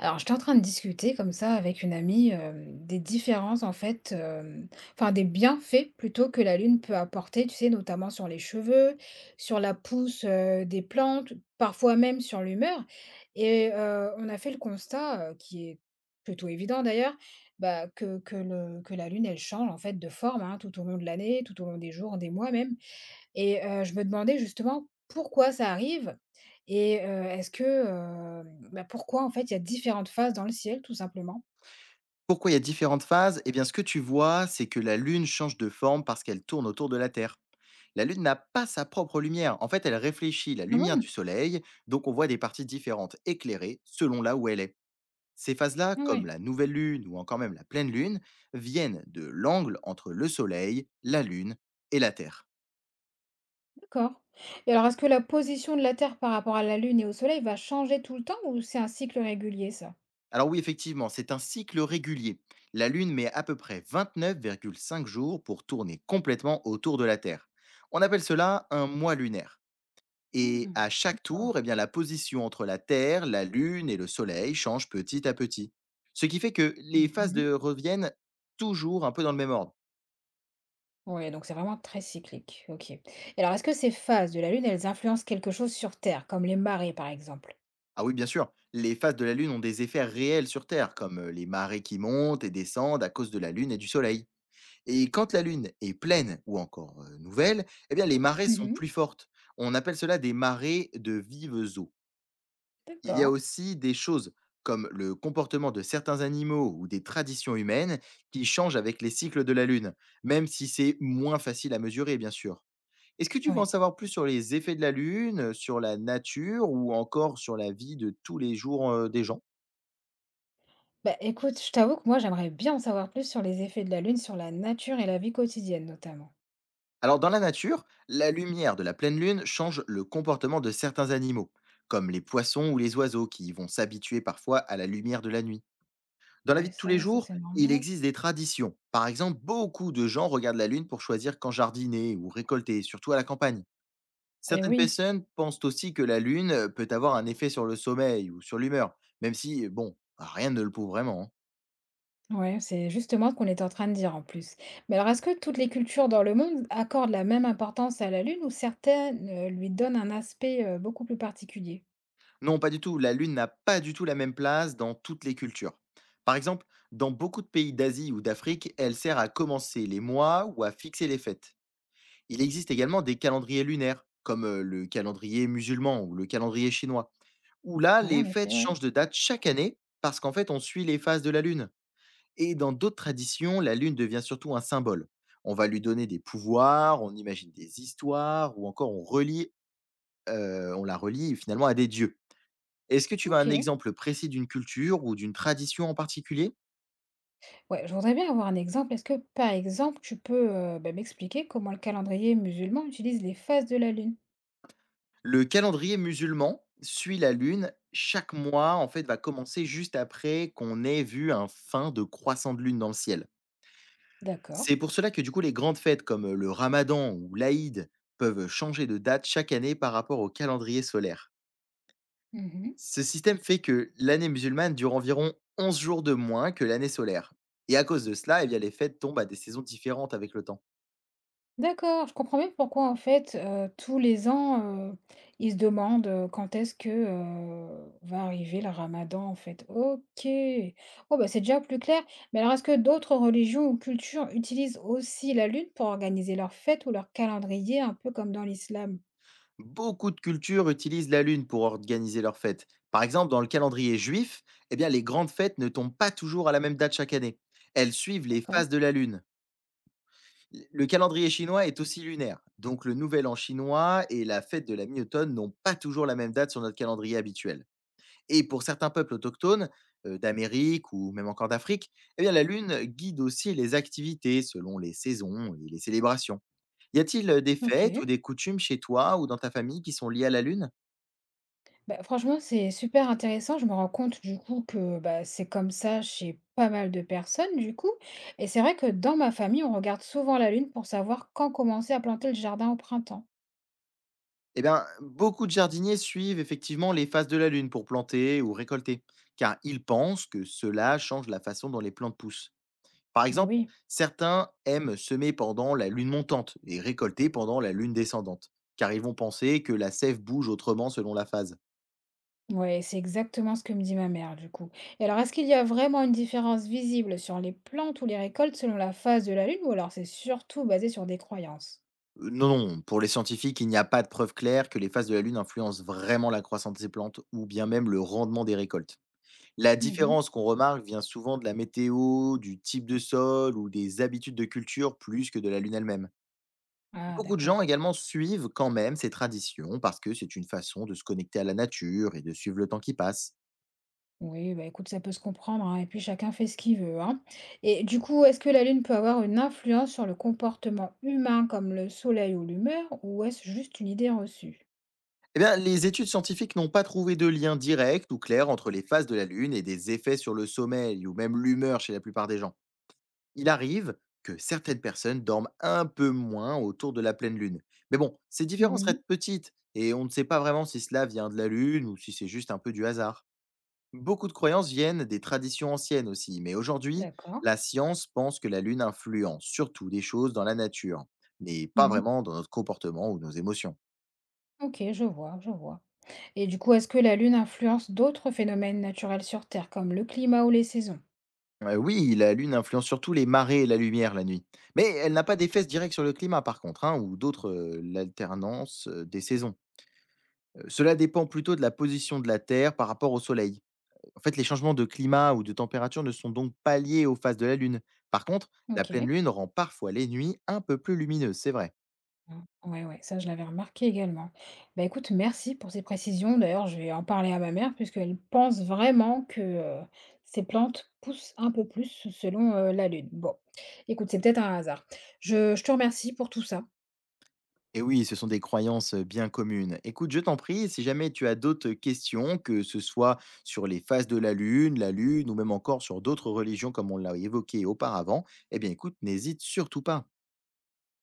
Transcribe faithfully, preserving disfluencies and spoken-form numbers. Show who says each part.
Speaker 1: Alors, j'étais en train de discuter comme ça avec une amie euh, des différences en fait, euh, enfin des bienfaits plutôt que la lune peut apporter, tu sais, notamment sur les cheveux, sur la pousse euh, des plantes, parfois même sur l'humeur. Et euh, on a fait le constat, euh, qui est plutôt évident d'ailleurs, bah, que, que le- que la lune, elle change en fait de forme, hein, tout au long de l'année, tout au long des jours, des mois même. Et heu, je me demandais justement pourquoi ça arrive et heu, est-ce que, hem, bah, pourquoi en fait il y a différentes phases dans le ciel tout simplement?
Speaker 2: Pourquoi il y a différentes phases? Eh bien, ce que tu vois, c'est que la Lune change de forme parce qu'elle tourne autour de la Terre. La Lune n'a pas sa propre lumière. En fait, elle réfléchit la
Speaker 1: Ah
Speaker 2: lumière
Speaker 1: bon?
Speaker 2: du Soleil, donc on voit des parties différentes éclairées selon là où elle est. Ces phases-là,
Speaker 1: Ah
Speaker 2: comme
Speaker 1: ouais.
Speaker 2: la nouvelle Lune ou encore même la pleine Lune, viennent de l'angle entre le Soleil, la Lune et la Terre.
Speaker 1: D'accord. Et alors, est-ce que la position de la Terre par rapport à la Lune et au Soleil va changer tout le temps ou c'est un cycle régulier, ça?
Speaker 2: Alors oui, effectivement, c'est un cycle régulier. La Lune met à peu près vingt-neuf virgule cinq jours pour tourner complètement autour de la Terre. On appelle cela un mois lunaire. Et
Speaker 1: Mmh.
Speaker 2: à chaque
Speaker 1: Oh.
Speaker 2: tour, eh bien, la position entre la Terre, la Lune et le Soleil change petit à petit. Ce qui fait que les
Speaker 1: Mmh
Speaker 2: phases
Speaker 1: mh.
Speaker 2: de reviennent toujours un peu dans le même ordre.
Speaker 1: Ouais, donc c'est vraiment très cyclique. OK, et alors est-ce que ces phases de la Lune, elles influencent quelque chose sur Terre, comme les marées par exemple?
Speaker 2: Ah oui, bien sûr, les phases de la Lune ont des effets réels sur Terre, comme euh, les marées qui montent et descendent à cause de la Lune et du Soleil. Et quand la Lune est pleine ou encore euh, nouvelle, eh bien, les marées sont
Speaker 1: Mmh.
Speaker 2: plus fortes. On appelle cela des marées de vives eaux. Il y a
Speaker 1: D'accord.
Speaker 2: aussi des choses comme le comportement de certains animaux ou des traditions humaines qui changent avec les cycles de la Lune, même si c'est moins facile à mesurer, bien sûr. Est-ce que tu veux en
Speaker 1: Oui.
Speaker 2: savoir plus sur les effets de la Lune, sur la nature ou encore sur la vie de tous les jours euh, des gens?
Speaker 1: Bah, écoute, je t'avoue que moi, j'aimerais bien en savoir plus sur les effets de la Lune sur la nature et la vie quotidienne, notamment.
Speaker 2: Alors dans la nature, la lumière de la pleine Lune change le comportement de certains animaux, comme les poissons ou les oiseaux qui vont s'habituer parfois à la lumière de la nuit. Dans la vie
Speaker 1: Ouais,
Speaker 2: de tous les
Speaker 1: ça, ça
Speaker 2: jours,
Speaker 1: c'est
Speaker 2: il
Speaker 1: normal.
Speaker 2: existe des traditions. Par exemple, beaucoup de gens regardent la lune pour choisir quand jardiner ou récolter, surtout à la campagne.
Speaker 1: Et
Speaker 2: Certaines
Speaker 1: oui,
Speaker 2: personnes pensent aussi que la lune euh, peut avoir un effet sur le sommeil ou sur l'humeur, même si, bon, rien ne le prouve vraiment, hein.
Speaker 1: ouais, c'est justement ce qu'on est en train de dire en plus. Mais alors, est-ce que toutes les cultures dans le monde accordent la même importance à la Lune ou certaines euh, lui donnent un aspect euh, beaucoup plus particulier?
Speaker 2: Non, pas du tout, la lune n'a pas du tout la même place dans toutes les cultures. Par exemple, dans beaucoup de pays d'Asie ou d'Afrique, elle sert à commencer les mois ou à fixer les fêtes. Il existe également des calendriers lunaires, comme euh, le calendrier musulman ou le calendrier chinois, où là,
Speaker 1: Oui,
Speaker 2: les
Speaker 1: en
Speaker 2: fêtes
Speaker 1: effet, oui.
Speaker 2: changent de date chaque année parce qu'en fait, on suit les phases de la lune. Et dans d'autres traditions, la lune devient surtout un symbole. On va lui donner des pouvoirs, on imagine des histoires, ou encore on relie, euh, on la relie finalement à des dieux. Est-ce que tu as
Speaker 1: Ok.
Speaker 2: un exemple précis d'une culture ou d'une tradition en particulier?
Speaker 1: Ouais, je voudrais bien avoir un exemple. Est-ce que, par exemple, tu peux euh, bah, m'expliquer comment le calendrier musulman utilise les phases de la Lune?
Speaker 2: Le calendrier musulman suit la lune. Chaque mois, en fait, va commencer juste après qu'on ait vu un fin de croissant de lune dans le ciel.
Speaker 1: D'accord.
Speaker 2: C'est pour cela que du coup les grandes fêtes comme le ramadan ou l'Aïd peuvent changer de date chaque année par rapport au calendrier solaire. Ce système fait que l'année musulmane dure environ onze jours de moins que l'année solaire et à cause de cela, eh bien les fêtes tombent à des saisons différentes avec le temps.
Speaker 1: D'accord, je comprends bien pourquoi en fait, heu, tous les ans, heu, ils se demandent, heu, quand est-ce que, heu, va arriver le ramadan en fait. OK. Oh bah, c'est déjà plus clair. Mais alors est-ce que d'autres religions ou cultures utilisent aussi la lune pour organiser leurs fêtes ou leur calendrier un peu comme dans l'islam?
Speaker 2: Beaucoup de cultures utilisent la lune pour organiser leurs fêtes. Par exemple, dans le calendrier juif, eh bien les grandes fêtes ne tombent pas toujours à la même date chaque année. Elles suivent les
Speaker 1: D'accord,
Speaker 2: phases de la lune. Le calendrier chinois est aussi lunaire, donc le nouvel an chinois et la fête de la mi-automne n'ont pas toujours la même date sur notre calendrier habituel. Et pour certains peuples autochtones, euh, d'Amérique ou même encore d'Afrique, eh bien la lune guide aussi les activités selon les saisons et les célébrations. Y a-t-il euh, des fêtes ou
Speaker 1: OK.
Speaker 2: des coutumes chez toi ou dans ta famille qui sont liées à la lune?
Speaker 1: Bah, franchement, c'est super intéressant. Je me rends compte du coup que, bah, c'est comme ça chez pas mal de personnes du coup. Et c'est vrai que dans ma famille, on regarde souvent la lune pour savoir quand commencer à planter le jardin au printemps.
Speaker 2: Eh bien, beaucoup de jardiniers suivent effectivement les phases de la Lune pour planter ou récolter, car ils pensent que cela change la façon dont les plantes poussent. Par
Speaker 1: Mais
Speaker 2: exemple,
Speaker 1: oui,
Speaker 2: certains aiment semer pendant la lune montante et récolter pendant la lune descendante, car ils vont penser que la sève bouge autrement selon la phase.
Speaker 1: ouais, c'est exactement ce que me dit ma mère du coup. Et alors, est-ce qu'il y a vraiment une différence visible sur les plantes ou les récoltes selon la phase de la lune ou alors c'est surtout basé sur des croyances?
Speaker 2: Euh, Non, non, pour les scientifiques, il n'y a pas de preuve claire que les phases de la Lune influencent vraiment la croissance des plantes ou bien même le rendement des récoltes. La
Speaker 1: Mhm.
Speaker 2: différence qu'on remarque vient souvent de la météo, du type de sol ou des habitudes de culture plus que de la Lune elle-même.
Speaker 1: Ah,
Speaker 2: Beaucoup de gens
Speaker 1: d'accord.
Speaker 2: également suivent quand même ces traditions parce que c'est une façon de se connecter à la nature et de suivre le temps qui passe.
Speaker 1: Oui, bah écoute, ça peut se comprendre, hein, et puis chacun fait ce qu'il veut, hein. Et du coup, est-ce que la Lune peut avoir une influence sur le comportement humain comme le Soleil ou l'humeur, ou est-ce juste une idée reçue?
Speaker 2: Eh bien, les études scientifiques n'ont pas trouvé de lien direct ou clair entre les phases de la Lune et des effets sur le sommeil ou même l'humeur chez la plupart des gens. Il arrive que certaines personnes dorment un peu moins autour de la pleine Lune. Mais bon, ces différences restent
Speaker 1: Mhm.
Speaker 2: petites et on ne sait pas vraiment si cela vient de la Lune ou si c'est juste un peu du hasard. Beaucoup de croyances viennent des traditions anciennes aussi, mais aujourd'hui,
Speaker 1: D'accord.
Speaker 2: la science pense que la Lune influence surtout des choses dans la nature, mais pas
Speaker 1: Mhm.
Speaker 2: vraiment dans notre comportement ou nos émotions.
Speaker 1: Ok, je vois, je vois. Et du coup, est-ce que la Lune influence d'autres phénomènes naturels sur Terre, comme le climat ou les saisons?
Speaker 2: Heu, oui, la Lune influence surtout les marées et la lumière la nuit. Mais elle n'a pas d'effet direct sur le climat par contre, hein, ou d'autres, heu, l'alternance, heu, des saisons. Heu, cela dépend plutôt de la position de la Terre par rapport au Soleil. En fait, les changements de climat ou de température ne sont donc pas liés aux phases de la Lune. Par contre, la pleine
Speaker 1: Ok.
Speaker 2: Lune rend parfois les nuits un peu plus lumineuses, c'est vrai.
Speaker 1: Mmh. Ouais, ouais, ça je l'avais remarqué également. Bah, écoute, merci pour ces précisions. D'ailleurs, je vais en parler à ma mère puisqu'elle pense vraiment que euh, ces plantes poussent un peu plus selon euh, la lune. Bon, écoute, c'est peut-être un hasard. Je, je te remercie pour tout ça.
Speaker 2: Et oui, ce sont des croyances bien communes. Écoute, je t'en prie, si jamais tu as d'autres questions, que ce soit sur les phases de la Lune, la Lune, ou même encore sur d'autres religions comme on l'a évoqué auparavant, eh bien écoute, n'hésite surtout pas.